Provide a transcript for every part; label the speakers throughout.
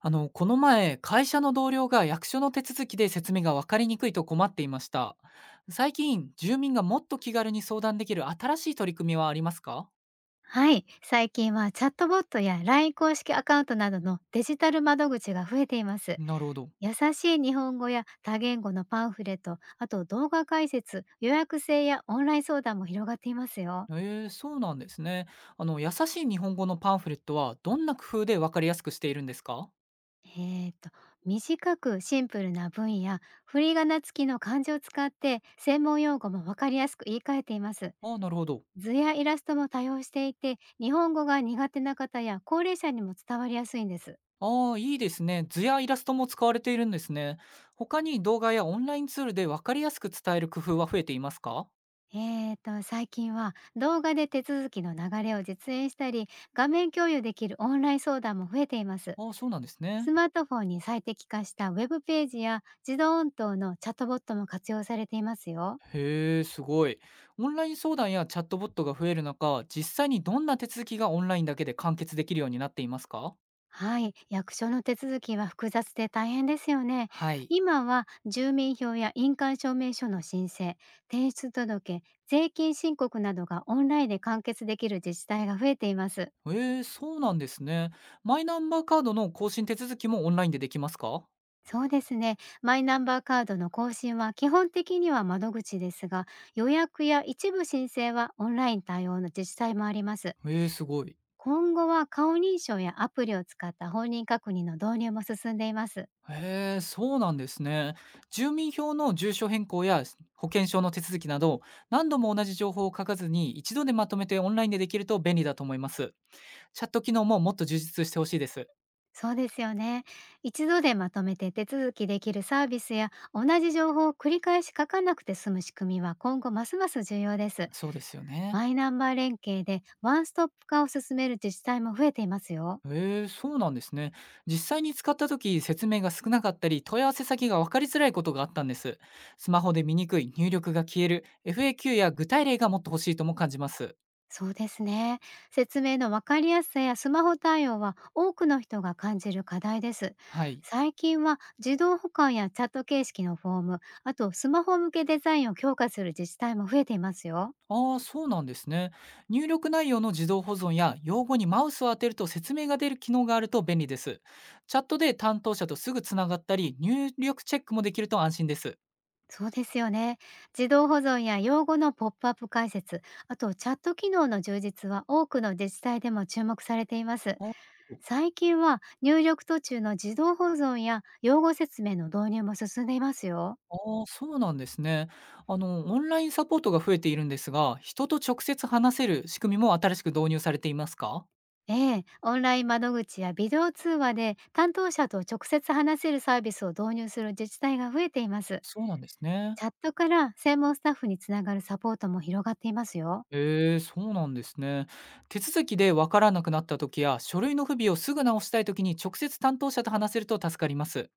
Speaker 1: この前、会社の同僚が役所の手続きで説明が分かりにくいと困っていました。最近、住民がもっと気軽に相談できる新しい取り組みはありますか？
Speaker 2: はい、最近はチャットボットや LINE 公式アカウントなどのデジタル窓口が増えています。
Speaker 1: なるほど。
Speaker 2: 優しい日本語や多言語のパンフレット、あと動画解説、予約制やオンライン相談も広がっていますよ。
Speaker 1: そうなんですね。優しい日本語のパンフレットはどんな工夫で分かりやすくしているんですか？
Speaker 2: えー、と、短くシンプルな文や振り仮名付きの漢字を使って専門用語もわかりやすく言い換えています。
Speaker 1: ああ、なるほど。
Speaker 2: 図やイラストも多用していて、日本語が苦手な方や高齢者にも伝わりやすいんです。
Speaker 1: ああ、いいですね。図やイラストも使われているんですね。他に動画やオンラインツールで分かりやすく伝える工夫は増えていますか？
Speaker 2: 最近は動画で手続きの流れを実演したり、画面共有できるオンライン相談も増えています。
Speaker 1: ああ、そうなんですね。
Speaker 2: スマートフォンに最適化したウェブページや自動音頭のチャットボットも活用されていますよ。
Speaker 1: へえ、すごい。オンライン相談やチャットボットが増える中、実際にどんな手続きがオンラインだけで完結できるようになっていますか？
Speaker 2: はい、役所の手続きは複雑で大変ですよね。
Speaker 1: はい。
Speaker 2: 今は住民票や印鑑証明書の申請、転出届、税金申告などがオンラインで完結できる自治体が増えています。
Speaker 1: へー、そうなんですね。マイナンバーカードの更新手続きもオンラインでできますか？
Speaker 2: そうですね。マイナンバーカードの更新は基本的には窓口ですが、予約や一部申請はオンライン対応の自治体もあります。
Speaker 1: へー、すごい。
Speaker 2: 今後は顔認証やアプリを使った本人確認の導入も進んでいます。
Speaker 1: へー、そうなんですね。住民票の住所変更や保険証の手続きなど、何度も同じ情報を書かずに一度でまとめてオンラインでできると便利だと思います。チャット機能ももっと充実してほしいです。
Speaker 2: そうですよね。一度でまとめて手続きできるサービスや同じ情報を繰り返し書かなくて済む仕組みは今後ますます重要です。
Speaker 1: そうですよね。
Speaker 2: マイナンバー連携でワンストップ化を進める自治体も増えていますよ。
Speaker 1: ええ、そうなんですね。実際に使った時、説明が少なかったり、問い合わせ先が分かりづらいことがあったんです。スマホで見にくい、入力が消える、FAQ や具体例がもっと欲しいとも感じます。
Speaker 2: そうですね。説明の分かりやすさやスマホ対応は多くの人が感じる課題です。
Speaker 1: はい。
Speaker 2: 最近は自動保管やチャット形式のフォーム、あとスマホ向けデザインを強化する自治体も増えていますよ。
Speaker 1: ああ、そうなんですね。入力内容の自動保存や、用語にマウスを当てると説明が出る機能があると便利です。チャットで担当者とすぐつながったり、入力チェックもできると安心です。
Speaker 2: そうですよね。自動保存や用語のポップアップ解説、あとチャット機能の充実は多くの自治体でも注目されています。
Speaker 1: あ
Speaker 2: 最近は入力途中の自動保存や用語説明の導入も進んでいますよ。
Speaker 1: ああ、そうなんですね。オンラインサポートが増えているんですが、人と直接話せる仕組みも新しく導入されていますか？
Speaker 2: ええ、オンライン窓口やビデオ通話で担当者と直接話せるサービスを導入する自治体が増えています。
Speaker 1: そうなんですね。
Speaker 2: チャットから専門スタッフにつながるサポートも広がっていますよ。
Speaker 1: ええ、そうなんですね。手続きでわからなくなった時や、書類の不備をすぐ直したい時に直接担当者と話せると助かります。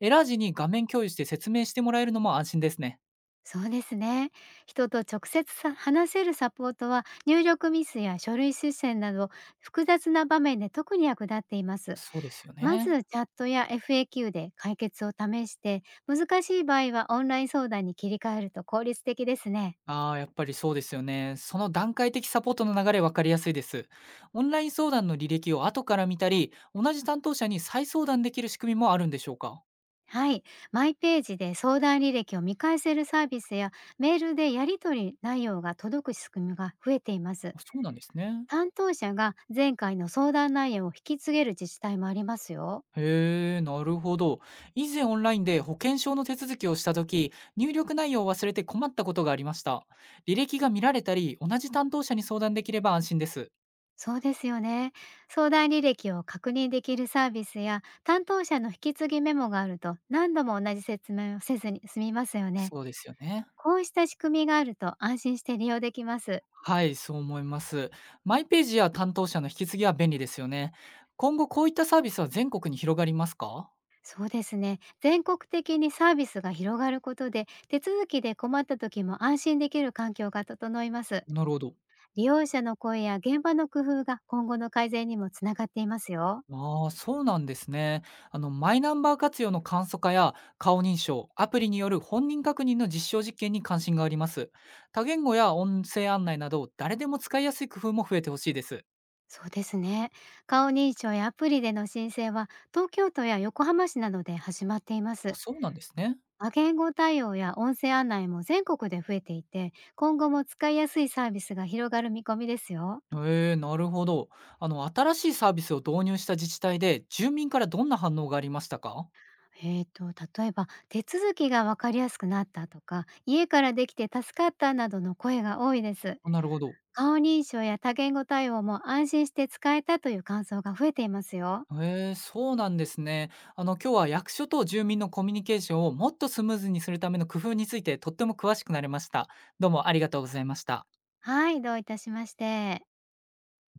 Speaker 1: エラー時に画面共有して説明してもらえるのも安心ですね。
Speaker 2: そうですね。人と直接さ話せるサポートは入力ミスや書類推薦など、複雑な場面で特に役立っています。
Speaker 1: そうですよ
Speaker 2: ま
Speaker 1: ね。
Speaker 2: ずチャットや FAQ で解決を試して、難しい場合はオンライン相談に切り替えると効率的ですね。
Speaker 1: ああ、やっぱりそうですよね。その段階的サポートの流れ分かりやすいです。オンライン相談の履歴を後から見たり、同じ担当者に再相談できる仕組みもあるんでしょうか？
Speaker 2: はい。マイページで相談履歴を見返せるサービスや、メールでやり取り内容が届く仕組みが増えています。
Speaker 1: あ、そうなんですね。
Speaker 2: 担当者が前回の相談内容を引き継げる自治体もありますよ。
Speaker 1: へえ、なるほど。以前オンラインで保険証の手続きをしたとき、入力内容を忘れて困ったことがありました。履歴が見られたり、同じ担当者に相談できれば安心です。
Speaker 2: そうですよね。相談履歴を確認できるサービスや、担当者の引き継ぎメモがあると、何度も同じ説明をせずに済みますよね。
Speaker 1: そうですよね。
Speaker 2: こうした仕組みがあると安心して利用できます。
Speaker 1: はい、そう思います。マイページや担当者の引き継ぎは便利ですよね。今後こういったサービスは全国に広がりますか？
Speaker 2: そうですね。全国的にサービスが広がることで、手続きで困った時も安心できる環境が整います。
Speaker 1: なるほど。
Speaker 2: 利用者の声や現場の工夫が今後の改善にもつながっていますよ。
Speaker 1: ああ、そうなんですね。マイナンバー活用の簡素化や顔認証、アプリによる本人確認の実証実験に関心があります。多言語や音声案内など、誰でも使いやすい工夫も増えてほしいです。
Speaker 2: そうですね。顔認証やアプリでの申請は、東京都や横浜市などで始まっていま
Speaker 1: あ、
Speaker 2: す。
Speaker 1: そうなんですね。
Speaker 2: 多言語対応や音声案内も全国で増えていて、今後も使いやすいサービスが広がる見込みですよ。
Speaker 1: ええ、なるほど。新しいサービスを導入した自治体で、住民からどんな反応がありましたか？
Speaker 2: えーと、例えば手続きが分かりやすくなったとか、家からできて助かったなどの声が多いです。
Speaker 1: あ、なるほど。
Speaker 2: 顔認証や多言語対応も安心して使えたという感想が増えていますよ。
Speaker 1: へえ、そうなんですね。今日は役所と住民のコミュニケーションをもっとスムーズにするための工夫についてとっても詳しくなれました。どうもありがとうございました。
Speaker 2: はい、どういたしまして。